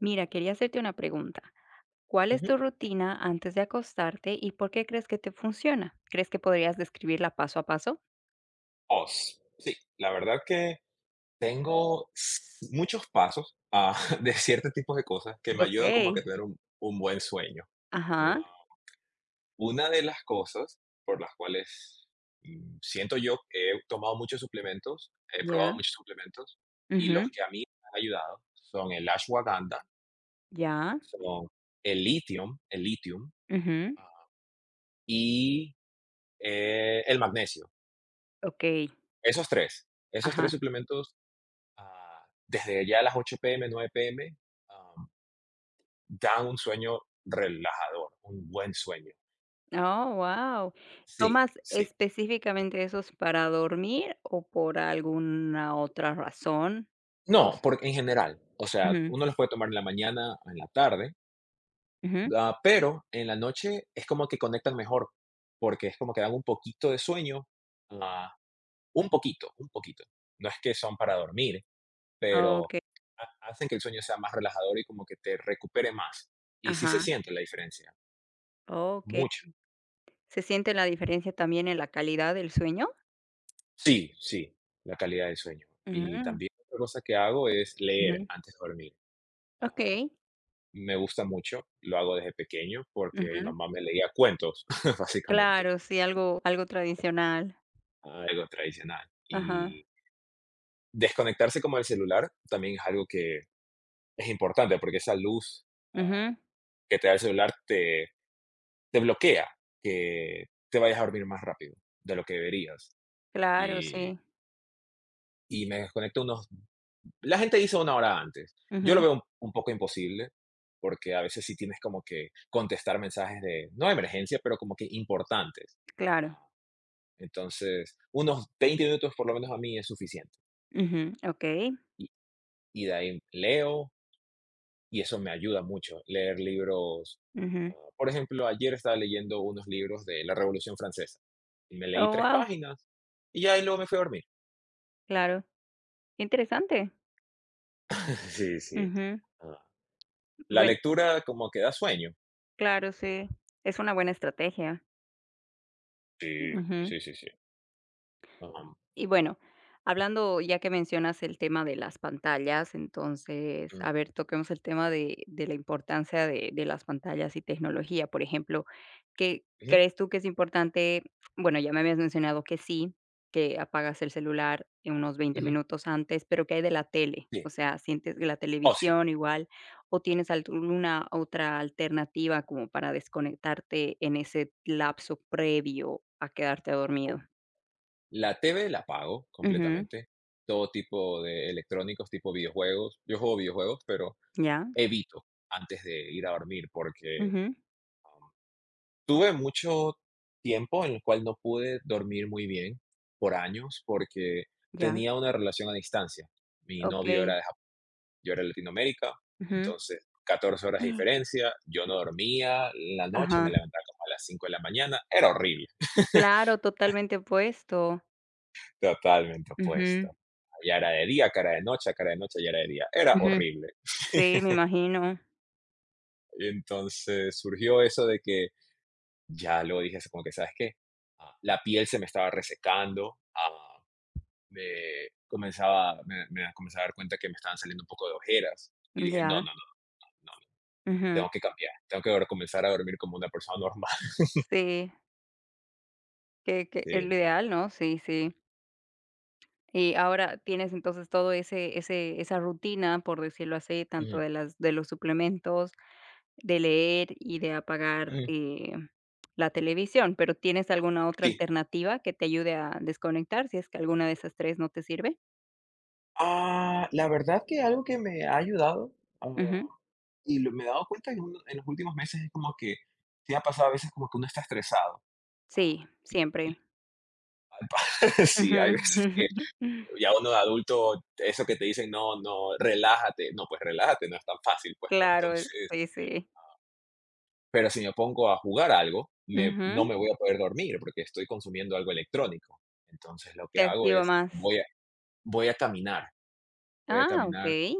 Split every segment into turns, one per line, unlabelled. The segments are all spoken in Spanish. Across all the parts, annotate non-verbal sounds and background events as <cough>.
Mira, quería hacerte una pregunta. ¿Cuál es
Ujú.
tu rutina antes de acostarte y por qué crees que te funciona? ¿Crees que podrías describirla paso a paso?
Os, sí, la verdad que tengo muchos pasos <laughs> de ciertos tipos de cosas que me ayudan como que a
Okey.
tener un buen sueño. Ah,
Ajá,
una de las cosas por las cuales siento yo que he tomado muchos suplementos, he probado
ya.
muchos suplementos y los
Ujú,
que a mí me han ayudado son el ashwagandha,
ya.
son el litio, el litium
Ujú,
ah, y el magnesio.
okey.
Esos tres
Ajá.
suplementos desde ya a las 8 p.m., 9 p.m., ah, dan un sueño relajador, un buen sueño. Ah,
Oh, wow.
sí,
¿Tomas
sí.
específicamente esos para dormir o por alguna otra razón?
No,
Los
porque en general. O sea,
ujú,
uno los puede tomar en la mañana o en la tarde,
ujú.
pero en la noche es como que conectan mejor, porque es como que dan un poquito de sueño, ah, un poquito, un poquito. No es que son para dormir, pero
Okey.
hacen que el sueño sea más relajador y como que te recupere más. Y sí se
Ajá,
siente la diferencia,
okey.
mucho.
¿Se siente la diferencia también en la calidad del sueño?
Sí, sí, la calidad del sueño. Y
Mm,
también otra cosa que hago es leer
ujú.
antes de dormir. Ah,
Okey.
Me gusta mucho, lo hago desde pequeño porque mi
Ujú.
mamá me leía cuentos, <laughs> básicamente,
Claro, sí, algo tradicional.
algo tradicional.
Ajá.
Y desconectarse como del celular también es algo que es importante porque esa luz ah,
Ujú.
que te da el celular te bloquea, que te vayas a dormir más rápido de lo que deberías.
Claro,
Y,
sí.
y me desconecto unos, la gente dice una hora antes. Yo lo
Ujú.
veo un poco imposible, porque a veces sí tienes como que contestar mensajes de, no de emergencia, pero como que importantes.
Claro.
Ah, Entonces, unos 20 minutos por lo menos a mí es suficiente.
Ujú. Okey.
Y, y de ahí leo, y eso me ayuda mucho, leer libros.
Ujú.
Por ejemplo, ayer estaba leyendo unos libros de la Revolución Francesa y me leí
Oh,
tres
wow.
páginas y ya, y luego me fui a dormir.
Claro. Qué interesante.
<laughs> Sí, sí.
Ujú.
Ah, La
Buen
lectura como que da sueño.
claro, sí. Es una buena estrategia.
Sí,
Ujú.
sí, sí, sí. Ah,
Y bueno, hablando ya que mencionas el tema de las pantallas, entonces,
Mm,
a ver, toquemos el tema de la importancia de las pantallas y tecnología. Por ejemplo, ¿qué
ujú,
crees tú que es importante? Bueno, ya me habías mencionado que sí, que apagas el celular en unos veinte
ujú.
minutos antes, pero ¿qué hay de la tele?
Sí.
O sea, ¿sientes que la
Oh, sí.
televisión igual o tienes alguna otra alternativa como para desconectarte en ese lapso previo a quedarte
Oh,
dormido?
la TV la apago
Ujú,
completamente. Todo tipo de electrónicos, tipo videojuegos. Yo juego videojuegos, pero
ya.
evito antes de ir a dormir porque
Ujú,
um, tuve mucho tiempo en el cual no pude dormir muy bien por años porque
ya,
tenía una relación a distancia. Mi novio era
okey.
de Japón, yo era de Latinoamérica,
Ujú.
entonces 14 horas de
<gasps>
diferencia, yo no dormía en la noche, me
Ajá.
levantaba como a las 5 de la mañana, era horrible.
Claro, totalmente opuesto.
Totalmente
Ujú,
opuesto. Ya era de día, cara de noche, acá era de noche, ya era de día. Era
ujú.
horrible.
Sí,
<laughs>
me imagino.
Entonces surgió eso de que ya luego dije así como que, ¿sabes qué? La piel se me estaba resecando, me comenzaba, me comenzaba a dar cuenta que me estaban saliendo un poco de ojeras y dije, no,
Ya.
no, no, no, no,
Ujú.
tengo que cambiar, tengo que ahora comenzar a dormir como una persona normal. <laughs>
Sí, que es
Sí.
lo ideal, ¿no? Sí, sí. Y ahora tienes entonces todo ese ese esa rutina, por decirlo así, tanto
Ujú,
de los suplementos, de leer y de apagar,
ujú.
la televisión, pero, ¿tienes alguna otra
Sí,
alternativa que te ayude a desconectar si es que alguna de esas 3 no te sirve?
La verdad que algo que me ha ayudado, ah,
Ujú.
y me he dado cuenta en, en los últimos meses es como que te ha pasado a veces como que uno está estresado. ah,
Sí,
y
siempre.
al pa- <laughs> sí,
Ujú.
hay veces que
<laughs>
ya uno de adulto, eso que te dicen, no, no, relájate, no, pues relájate, no es tan fácil, pues no,
Claro,
entonces,
sí, sí.
pero si me pongo a jugar algo, no
Ujú.
me voy a poder dormir porque estoy consumiendo algo electrónico. Entonces lo
Te
que hago
activa
es,
más.
voy a caminar, voy a
Ah,
caminar
okey.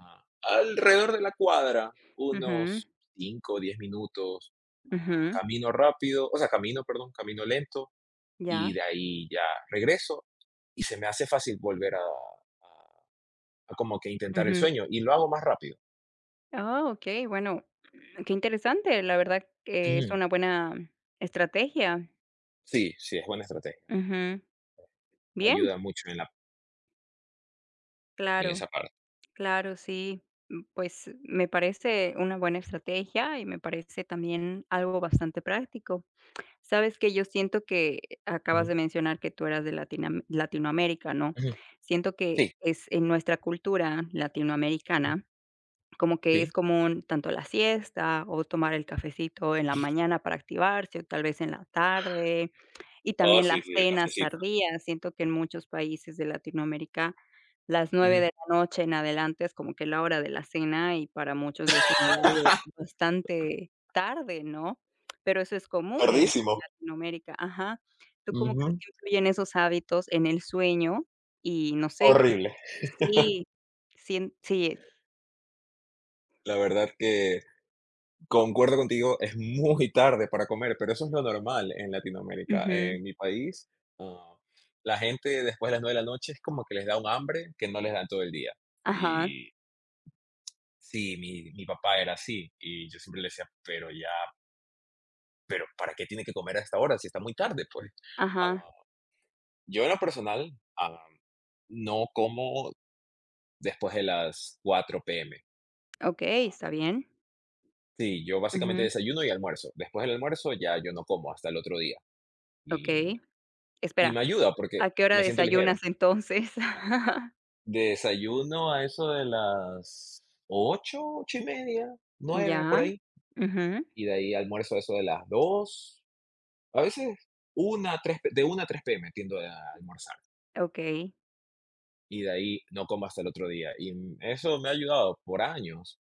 Alrededor de la cuadra,
Ujú,
unos 5 o 10 minutos,
ujú,
camino rápido, o sea, camino, perdón, camino lento, y
ya.
de ahí ya regreso y se me hace fácil volver a como que intentar el
Ujú.
sueño, y lo hago más rápido.
Ah, okey, bueno, qué interesante, la verdad que es
Ujú.
una buena estrategia.
Sí, sí, es buena estrategia.
Ujú. Bien,
Ayuda mucho en en esa
claro,
parte.
claro, sí. Mm, pues, me parece una buena estrategia y me parece también algo bastante práctico. Sabes que yo siento que
Ujú,
acabas de mencionar que tú eras de Latinam Latinoamérica, ¿no?
ujú.
Siento que
Sí,
es en nuestra cultura
ujú,
latinoamericana como que es
sí.
común tanto la siesta o tomar el cafecito en la mañana para activarse, o tal vez en la tarde, y
Oh,
también
sí,
las
sí, el
cenas
cafecito.
tardías. Siento que en muchos países de Latinoamérica, las nueve de
Ujú.
la noche en adelante es como que la hora de la cena y para muchos ya es un horario bastante tarde, ¿no? Pero eso es común en
Tardísimo.
Latinoamérica. Ajá. ¿Tú cómo crees
Ujú.
que influyen esos hábitos en el sueño? Y no sé,
Horrible.
sí, sí sí,
La verdad que Concuerdo contigo, es muy tarde para comer, pero eso es lo normal en Latinoamérica.
ujú,
En mi país, ah, la gente después de las 9 de la noche es como que les da un hambre que no les da en todo el día.
ajá.
Y sí, mi papá era así y yo siempre le decía, pero ya, pero ¿para qué tiene que comer a esta hora si está muy tarde? Pues Ah,
Ajá,
yo en lo personal ah, no como después de las 4 p.m.
okey,
Ah,
está bien.
sí, yo básicamente
Ujú,
desayuno y almuerzo. Después del almuerzo ya yo no como hasta el otro día. Y
okey.
Y me
Espera,
ayuda porque
¿a qué hora
me siento ligero.
desayunas entonces? <laughs>
Desayuno a eso de las ocho, 8 y media, nueve por
Ya.
ahí,
Ujú,
y de ahí almuerzo a eso de las dos, a veces 1, 3, de una a tres p p.m. tiendo a almorzar,
okey.
y de ahí no como hasta el otro día, y eso me ha ayudado por años.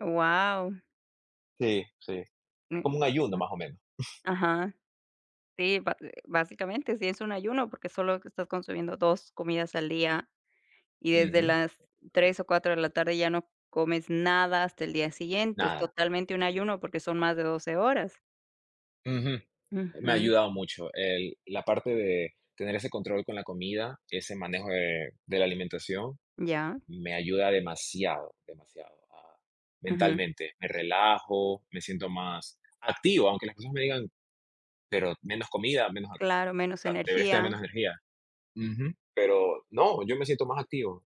Wow.
Sí, sí, es como un ayuno más o menos.
Ajá. Sí, ba básicamente sí es un ayuno, porque solo estás consumiendo 2 comidas al día, y desde
Ujú,
las 3 o 4 de la tarde ya no comes nada hasta el día siguiente. Es
nada.
totalmente un ayuno porque son más de 12 horas.
Ujú. Me ha
Ujú,
ayudado mucho el la parte de tener ese control con la comida, ese manejo de la alimentación,
ya.
me ayuda demasiado, demasiado
Ujú.
mentalmente. Me relajo, me siento más activo, aunque las personas me digan, pero menos comida, menos,
Claro,
o
menos
sea, deberías tener menos
energía.
energía. Pero no, yo me siento más activo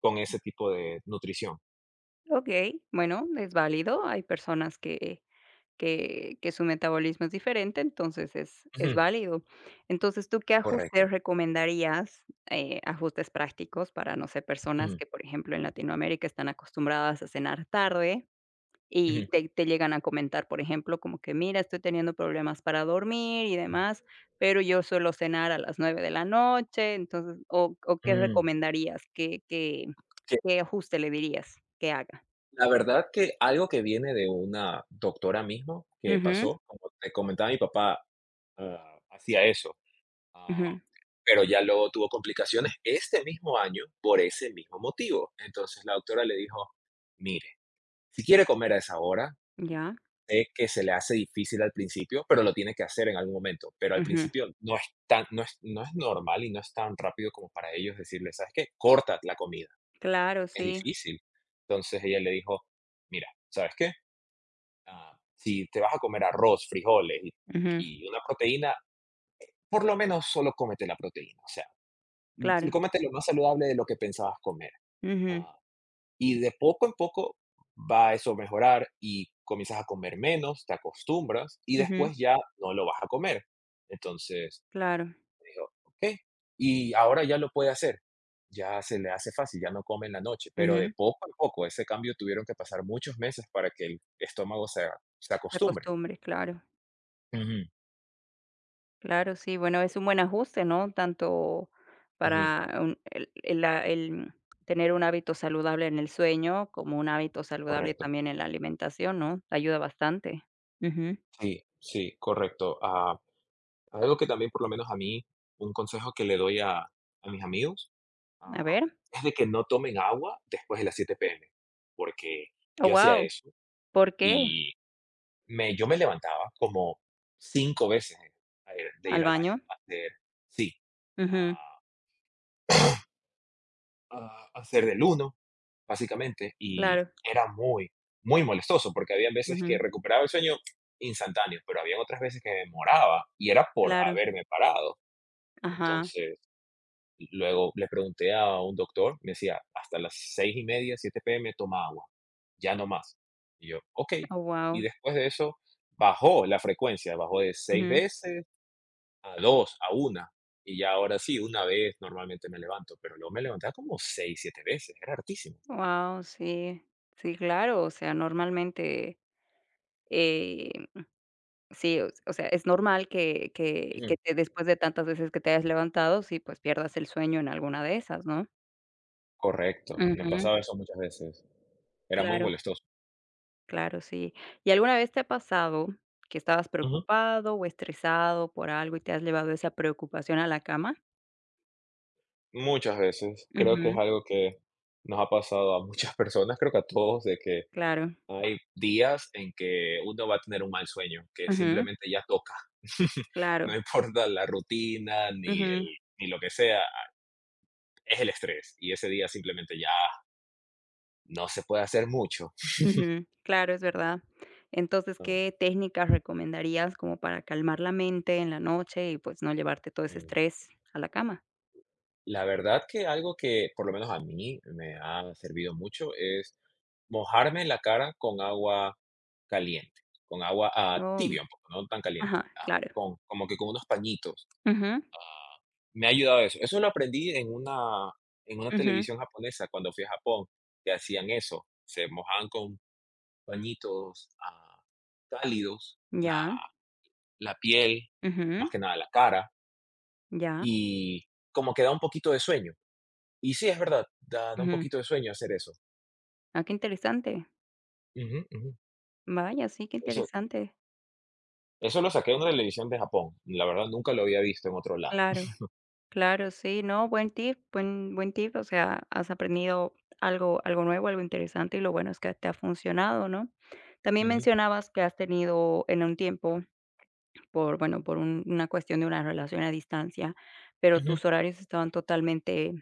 con ese tipo de nutrición.
Okey, bueno, es válido. Hay personas que su metabolismo es diferente, entonces es
Ujú,
válido. Entonces, ¿tú qué
correcto.
ajustes recomendarías? Ajustes prácticos para, no sé, personas
Ujú,
que, por ejemplo, en Latinoamérica están acostumbradas a cenar tarde y
ujú,
te llegan a comentar, por ejemplo, como que: "Mira, estoy teniendo problemas para dormir y
ujú.
demás, pero yo suelo cenar a las 9 de la noche". Entonces, ¿o qué
Mm.
recomendarías? ¿Qué qué
que
qué ajuste le dirías que haga?
La verdad que algo que viene de una doctora mismo que
Ujú,
pasó, como te comentaba mi papá, hacía eso. ah,
ujú.
pero ya luego tuvo complicaciones este mismo año por ese mismo motivo. Entonces la doctora le dijo, mire, si quiere comer a esa hora,
Ya,
sé que se le hace difícil al principio, pero lo tiene que hacer en algún momento. Pero al
ujú.
principio no es tan, no es, no es normal y no es tan rápido como para ellos decirle, ¿sabes qué? Corta la comida.
Claro,
Es
sí.
difícil. Entonces ella le dijo, mira, ¿sabes qué? Si te vas a comer arroz, frijoles
Ujú,
y una proteína, por lo menos solo cómete la proteína. O sea,
claro.
cómete lo más saludable de lo que pensabas comer.
Ujú,
Ah, y de poco en poco va eso a mejorar y comienzas a comer menos, te acostumbras y
ujú,
después ya no lo vas a comer. Entonces,
claro.
me dijo, ok. Y ahora ya lo puede hacer. Ya se le hace fácil, ya no come en la noche. Pero de
Ujú.
poco en poco, ese cambio, tuvieron que pasar muchos meses para que el estómago se
La
acostumbre.
costumbre, claro.
Ujú,
Claro, sí. Bueno, es un buen ajuste, ¿no? Tanto
ujú,
para un el la el tener un hábito saludable en el sueño, como un hábito saludable
correcto.
también en la alimentación, ¿no? Ayuda bastante. Ujú.
Sí, sí, correcto. Algo que también, por lo menos a mí, un consejo que le doy a mis amigos,
A
ah,
ver.
es de que no tomen agua después de las 7 p.m., porque
Oh,
yo hacía
wow.
eso
¿Por qué?
y yo me levantaba como cinco veces de ir
¿Al
al baño,
baño?
a hacer, sí,
Ujú.
a, a hacer del uno, básicamente, y
Claro.
era muy, muy molestoso, porque había veces que
Ujú.
recuperaba el sueño instantáneo, pero había otras veces que me demoraba, y era por
Claro.
haberme parado.
Ajá.
Entonces, luego le pregunté a un doctor, me decía, hasta las 6:30, 7 p.m. toma agua, ya no más. Y yo, ok.
Oh,
Y
wow.
después de eso bajó la frecuencia, bajó de 6 veces a dos, a una. Y ya ahora sí, una vez normalmente me levanto, pero luego me levantaba como seis, 7 veces, era hartísimo.
Wow, sí, sí, claro, o sea, normalmente, eh, sí, o sea, es normal que que
Ujú.
que te después de tantas veces que te hayas levantado, sí, pues, pierdas el sueño en alguna de esas, ¿no?
Correcto, me
Ujú,
pasaba eso muchas veces, era muy
claro,
molestoso.
claro, sí. ¿Y alguna vez te ha pasado que estabas
Ujú.
preocupado o estresado por algo y te has llevado esa preocupación a la cama?
Muchas veces, creo que es
Ujú,
algo que nos ha pasado a muchas <laughs> personas, creo que a todos, de que
claro,
hay días en que uno va a tener un mal sueño, que
ujú,
simplemente ya toca. <laughs> No
claro,
importa la rutina ni el ni lo que sea, es el estrés, y ese día simplemente ya no se puede hacer mucho.
ujú, claro, es verdad. Entonces,
Am,
¿qué técnicas recomendarías como para calmar la mente en la noche y pues no llevarte todo ese
mm,
estrés a la cama?
la verdad que algo que, por lo menos a mí, me ha servido mucho es mojarme la cara con agua caliente, con agua,
No,
tibia un poco, no tan caliente,
ajá, claro.
con como que con unos pañitos.
Ujú,
Me ha ayudado eso. Eso lo aprendí en una
ujú,
televisión japonesa cuando fui a Japón, que hacían eso. Se mojaban con pañitos, cálidos, la
ya,
piel,
ujú,
más que nada la cara,
ya,
y como que da un poquito de sueño. Y sí, es verdad, da un
ujú.
poquito de sueño hacer eso.
Ah, qué interesante.
Ujú, ujú.
Vaya, sí, qué
Eso
interesante.
Eso lo saqué de una televisión de Japón. La verdad, nunca lo había visto en otro lado.
Claro, claro, sí, no, buen tip, buen tip. O sea, has aprendido algo, algo nuevo, algo interesante y lo bueno es que te ha funcionado, ¿no? También
Ujú,
mencionabas que has tenido en un tiempo por, bueno, por una cuestión de una relación a distancia, pero
ujú.
tus horarios estaban totalmente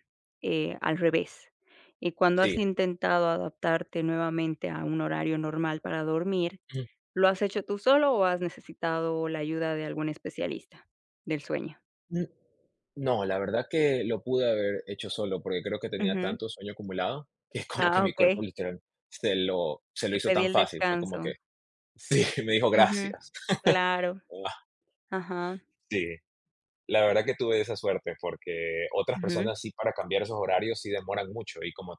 al revés. Y cuando
Sí.
has intentado adaptarte nuevamente a un horario normal para dormir, ¿lo has hecho tú solo o has necesitado la ayuda de algún especialista del sueño?
Ujú. No, la verdad que lo pude haber hecho solo, porque creo que tenía
Ujú.
tanto sueño acumulado <laughs> que es como que
Ah,
mi cuerpo
ok.
literal se lo
Te
hizo
pedí
tan
el
fácil. Fue como
descanso.
que sí, <laughs> me dijo
Ujú.
gracias.
Claro.
Ah,
Ajá.
sí, la verdad que tuve esa suerte, porque otras
Ujú.
personas sí, para cambiar esos horarios sí demoran mucho, y como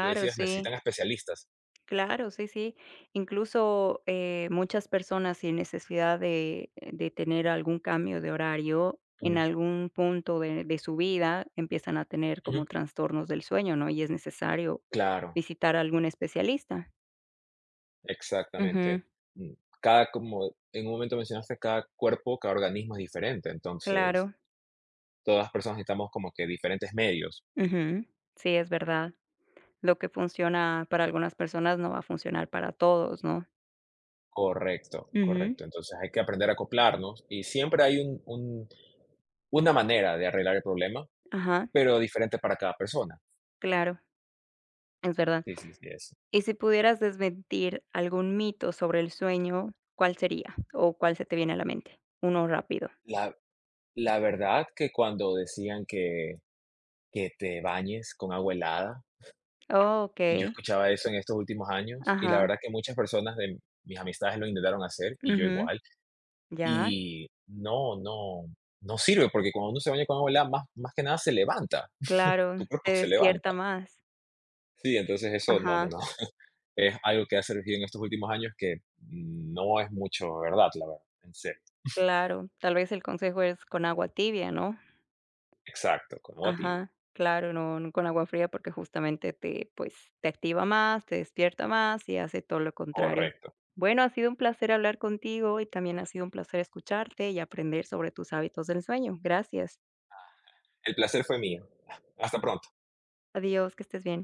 tú decías,
sí.
necesitan especialistas.
Claro, sí, sí. Incluso, muchas personas sin necesidad de tener algún cambio de horario, en
Mm,
algún punto de su vida empiezan a tener como
ujú.
trastornos del sueño, ¿no? Y es necesario
Claro,
visitar a algún especialista.
exactamente.
Ujú,
Mm, como en un momento mencionaste, cada cuerpo, cada organismo es diferente, entonces
claro.
todas las personas necesitamos como que diferentes medios.
Ujú. Sí, es verdad. Lo que funciona para algunas personas no va a funcionar para todos, ¿no?
Correcto,
Ujú.
correcto. Entonces hay que aprender a acoplarnos, y siempre hay una manera de arreglar el problema,
Ajá,
pero diferente para cada persona.
claro, es verdad.
Sí, sí, sí, eso.
Y si pudieras desmentir algún mito sobre el sueño, ¿cuál sería? ¿O cuál se te viene a la mente? Uno rápido.
La, la verdad que cuando decían que te bañes con agua helada,
Oh,
y yo
okey.
escuchaba eso en estos últimos años, y la
Ajá.
verdad que muchas personas de mis amistades lo intentaron hacer, y yo
Ujú.
igual.
Ya,
Y no, no, no sirve porque cuando uno se baña con agua helada, más, más que nada se levanta, <laughs>
claro,
tu cuerpo
te
se levanta.
despierta más.
Sí, entonces eso no, no,
Ajá,
no. Es algo que ha surgido en estos últimos años que no es mucho verdad, la verdad, en serio.
claro. Tal vez el consejo es con agua tibia, ¿no?
Exacto, con agua tibia.
Ajá, claro, no no con agua fría, porque justamente te, pues, te activa más, te despierta más y hace todo lo contrario.
Correcto.
Bueno, ha sido un placer hablar contigo y también ha sido un placer escucharte y aprender sobre tus hábitos del sueño. Gracias.
El placer fue mío. Hasta pronto.
Adiós, que estés bien.